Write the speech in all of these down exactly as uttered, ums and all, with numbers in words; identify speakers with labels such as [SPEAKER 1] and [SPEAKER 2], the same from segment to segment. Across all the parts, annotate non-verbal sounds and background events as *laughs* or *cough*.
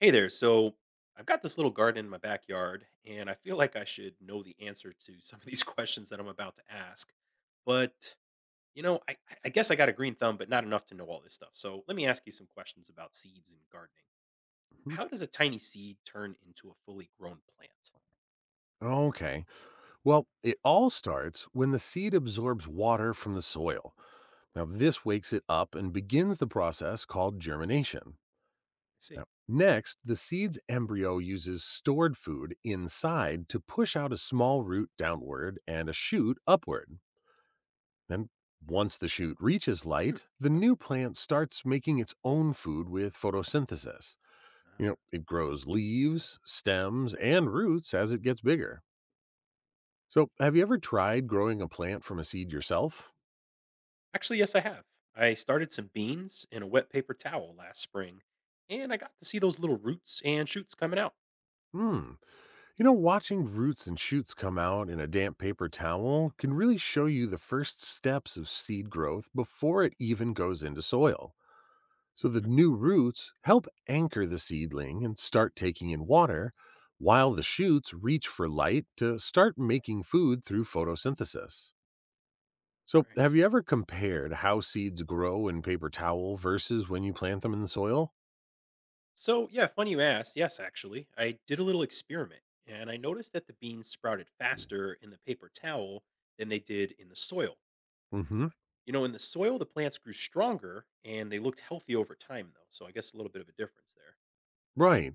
[SPEAKER 1] Hey there. So I've got this little garden in my backyard, and I feel like I should know the answer to some of these *laughs* questions that I'm about to ask. But, you know, I, I I guess I got a green thumb, but not enough to know all this stuff. So let me ask you some questions about seeds and gardening.
[SPEAKER 2] Mhm.
[SPEAKER 1] How does a tiny seed turn into a fully grown plant?
[SPEAKER 2] Okay. Well, it all starts when the seed absorbs water from the soil. Now, this wakes it up and begins the process called germination.
[SPEAKER 1] I see.
[SPEAKER 2] Now, next, the seed's embryo uses stored food inside to push out a small root downward and a shoot upward. And once the shoot reaches
[SPEAKER 1] Hmm,
[SPEAKER 2] light, the
[SPEAKER 1] okay.
[SPEAKER 2] new plant starts making its own food with photosynthesis. You know,
[SPEAKER 1] Ah.
[SPEAKER 2] it grows leaves, stems, and roots as it gets bigger. So, have you ever tried growing a plant from a seed yourself?
[SPEAKER 1] Actually, yes, I have. I started some beans in a wet paper towel last spring, and I got to see those little roots and shoots coming out.
[SPEAKER 2] Hmm. You know, watching roots and shoots come out in a damp paper towel can really show you the first steps of seed growth before it even goes into soil. So the
[SPEAKER 1] Hmm.
[SPEAKER 2] new roots help anchor the seedling and start taking in water, while the shoots reach for light to start making food through photosynthesis. So,
[SPEAKER 1] Right.
[SPEAKER 2] have you ever compared how seeds grow in paper towel versus when you plant them in the soil?
[SPEAKER 1] So, yeah, funny you asked. Yes, actually, I did a little experiment and I noticed that the beans sprouted faster in the paper towel than they did in the soil.
[SPEAKER 2] Hmm.
[SPEAKER 1] You know, in the soil, the plants grew stronger and they looked healthy over time, though. So, I guess a little bit of a difference there.
[SPEAKER 2] Right.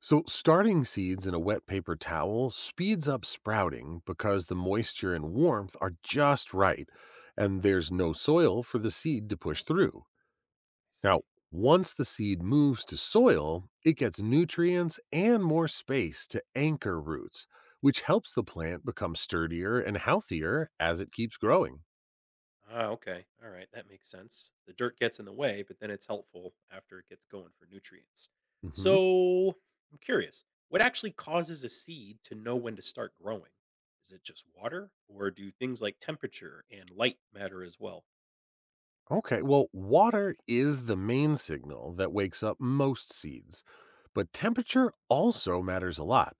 [SPEAKER 2] So, starting seeds in a wet paper towel speeds up sprouting because the moisture and warmth are just right, and there's no soil for the seed to push through.
[SPEAKER 1] I
[SPEAKER 2] Now,
[SPEAKER 1] see.
[SPEAKER 2] once the seed moves to soil, it gets nutrients and more space to anchor roots, which helps the plant become sturdier and healthier as it keeps growing.
[SPEAKER 1] Ah, okay. All right. That makes sense. The dirt gets in the way, but then it's helpful after it gets going for nutrients.
[SPEAKER 2] Hmm.
[SPEAKER 1] So I'm curious what actually causes a seed to know when to start growing? Is it just water, or do things like temperature and light matter as well?
[SPEAKER 2] Okay, well, water is the main signal that wakes up most seeds, but temperature also matters a lot.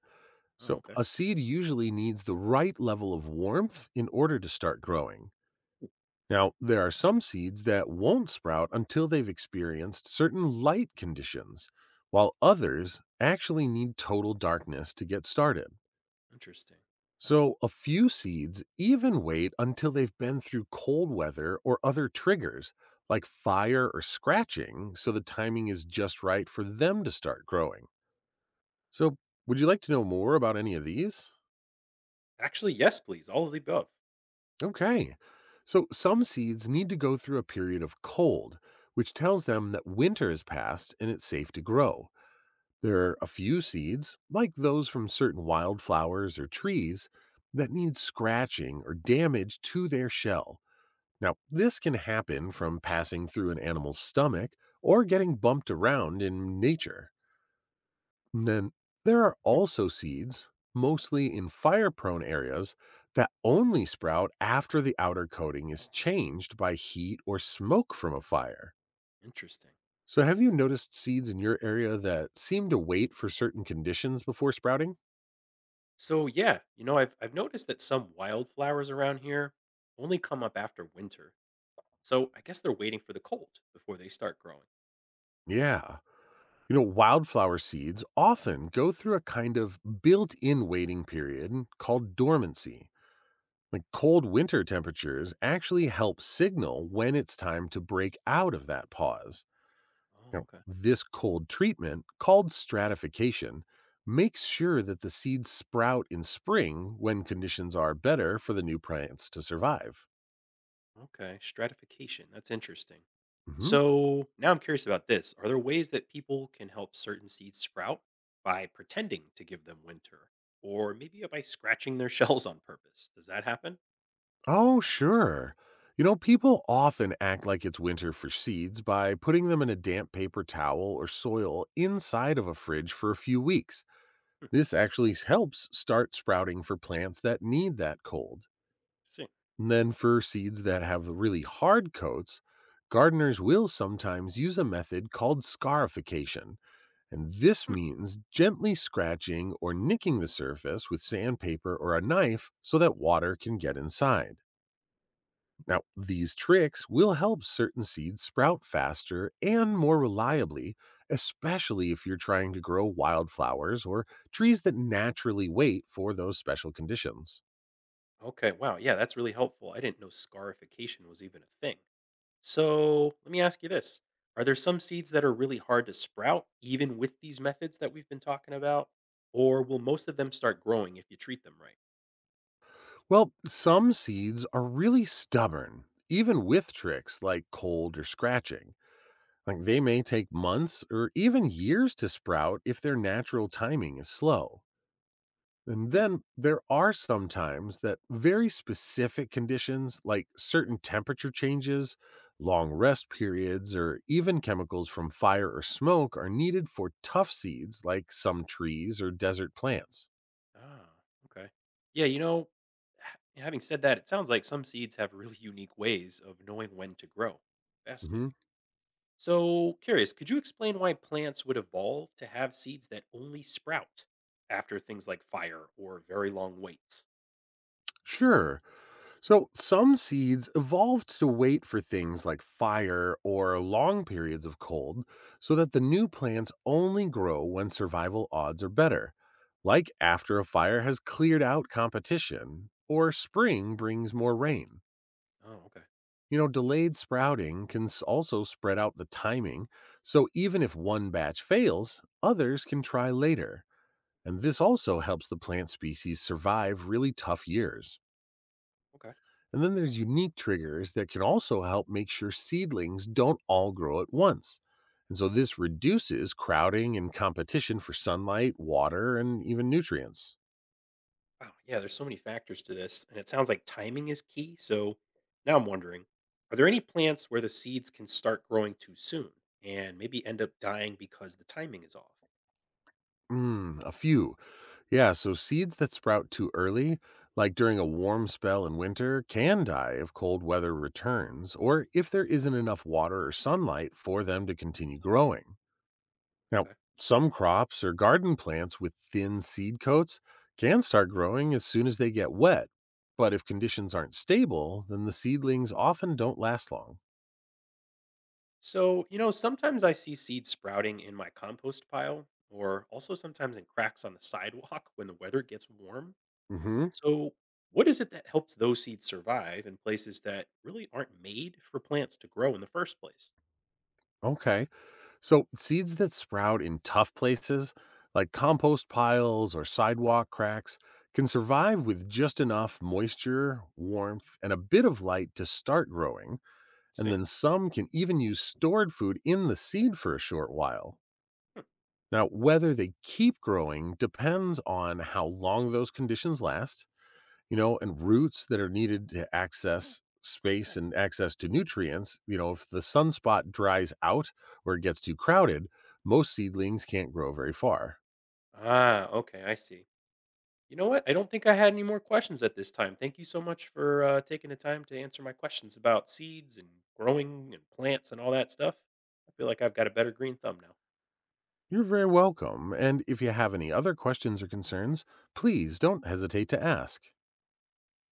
[SPEAKER 1] Oh,
[SPEAKER 2] So,
[SPEAKER 1] okay.
[SPEAKER 2] a seed usually needs the right level of warmth in order to start growing. Now, there are some seeds that won't sprout until they've experienced certain light conditions, while others actually need total darkness to get started.
[SPEAKER 1] Interesting.
[SPEAKER 2] So, a few seeds even wait until they've been through cold weather or other triggers, like fire or scratching, so the timing is just right for them to start growing. So, would you like to know more about any of these?
[SPEAKER 1] Actually, yes, please. All of the above.
[SPEAKER 2] Okay. So some seeds need to go through a period of cold, which tells them that winter has passed and it's safe to grow. There are a few seeds, like those from certain wildflowers or trees, that need scratching or damage to their shell. Now, this can happen from passing through an animal's stomach or getting bumped around in nature. And then there are also seeds, mostly in fire prone areas, that only sprout after the outer coating is changed by heat or smoke from a fire.
[SPEAKER 1] Interesting.
[SPEAKER 2] So, have you noticed seeds in your area that seem to wait for certain conditions before sprouting?
[SPEAKER 1] So, yeah, you know, I've, I've noticed that some wildflowers around here only come up after winter. So I guess they're waiting for the cold before they start growing.
[SPEAKER 2] Yeah. You know, wildflower seeds often go through a kind of built in waiting period called dormancy. Like cold winter temperatures actually help signal when it's time to break out of that pause.
[SPEAKER 1] Oh,
[SPEAKER 2] Now,
[SPEAKER 1] okay.
[SPEAKER 2] this cold treatment, called stratification, makes sure that the seeds sprout in spring when conditions are better for the new plants to survive.
[SPEAKER 1] Okay, stratification. That's interesting.
[SPEAKER 2] Mhm.
[SPEAKER 1] So now I'm curious about this. Are there ways that people can help certain seeds sprout by pretending to give them winter, or maybe by scratching their *laughs* shells on purpose? Does that happen?
[SPEAKER 2] Oh, sure. You know, people often act like it's winter for seeds by putting them in a damp paper towel or soil inside of a fridge for a few weeks.
[SPEAKER 1] Hmm,
[SPEAKER 2] This actually helps start sprouting for plants that need that cold.
[SPEAKER 1] see.
[SPEAKER 2] And then for seeds that have really hard coats, gardeners will sometimes use a method called scarification. And this
[SPEAKER 1] Hmm.
[SPEAKER 2] means gently scratching or nicking the surface with sandpaper or a knife so that water can get inside. Now, these tricks will help certain seeds sprout faster and more reliably, especially if you're trying to grow wildflowers or trees that naturally wait for those special conditions.
[SPEAKER 1] Okay, wow. Yeah, that's really helpful. I didn't know scarification was even a thing. So let me ask you this. Are there some seeds that are really hard to sprout, even with these methods that we've been talking about? Or will most of them start growing if you treat them right?
[SPEAKER 2] Well, some seeds are really stubborn, even with tricks like cold or scratching. Like they may take months or even years to sprout if their natural timing is slow. And then there are some times that very specific conditions, like certain temperature changes, long rest periods, or even chemicals from fire or smoke, are needed for tough seeds like some trees or desert plants.
[SPEAKER 1] Ah, okay. Yeah, you know, ha- having said that, it sounds like some seeds have really unique ways of knowing when to grow.
[SPEAKER 2] Mhm.
[SPEAKER 1] Fascinating. So, curious, could you explain why plants would evolve to have seeds that only sprout after things like fire or very long waits?
[SPEAKER 2] Sure. So, some seeds evolved to wait for things like fire or long periods of cold so that the new plants only grow when survival odds are better, like after a fire has cleared out competition or spring brings more rain.
[SPEAKER 1] Oh, okay.
[SPEAKER 2] You know, delayed sprouting can s- also spread out the timing, so even if one batch fails, others can try later. And this also helps the plant species survive really tough years.
[SPEAKER 1] Okay.
[SPEAKER 2] And then there's unique triggers that can also help make sure seedlings don't all grow at once. And so this reduces crowding and competition for sunlight, water, and even nutrients.
[SPEAKER 1] Wow. Yeah, there's so many factors to this, and it sounds like timing is key. So, now I'm wondering, are there any plants where the seeds can start growing too soon and maybe end up dying because the timing is off?
[SPEAKER 2] Mm, a few. Yeah, so seeds that sprout too early, like during a warm spell in winter, can die if cold weather returns or if there isn't enough water or sunlight for them to continue growing. Now,
[SPEAKER 1] Okay.
[SPEAKER 2] some crops or garden plants with thin seed coats can start growing as soon as they get wet. But if conditions aren't stable, then the seedlings often don't last long.
[SPEAKER 1] So, you know, sometimes I see seeds sprouting in my compost pile or also sometimes in cracks on the *laughs* sidewalk when the weather gets warm.
[SPEAKER 2] Hmm.
[SPEAKER 1] So, what is it that helps those seeds survive in places that really aren't made for plants to grow in the first place?
[SPEAKER 2] Okay. So seeds that sprout in tough places, like compost piles or sidewalk cracks, can survive with just enough moisture, warmth, and a bit of light to start growing. And
[SPEAKER 1] See.
[SPEAKER 2] then some can even use stored food in the seed for a short while.
[SPEAKER 1] Hmm.
[SPEAKER 2] Now, whether they keep growing depends on how long those conditions last, you know, and roots that are needed to access space and access to nutrients. You know, if the sunspot dries out or it gets too crowded, most seedlings can't grow very far.
[SPEAKER 1] Ah, okay, I see. You know what? I don't think I had any more questions at this time. Thank you so much for uh, taking the time to answer my questions about seeds and growing and plants and all that stuff. I feel like I've got a better green thumb now.
[SPEAKER 2] You're very welcome. And if you have any other questions or concerns, please don't hesitate to ask.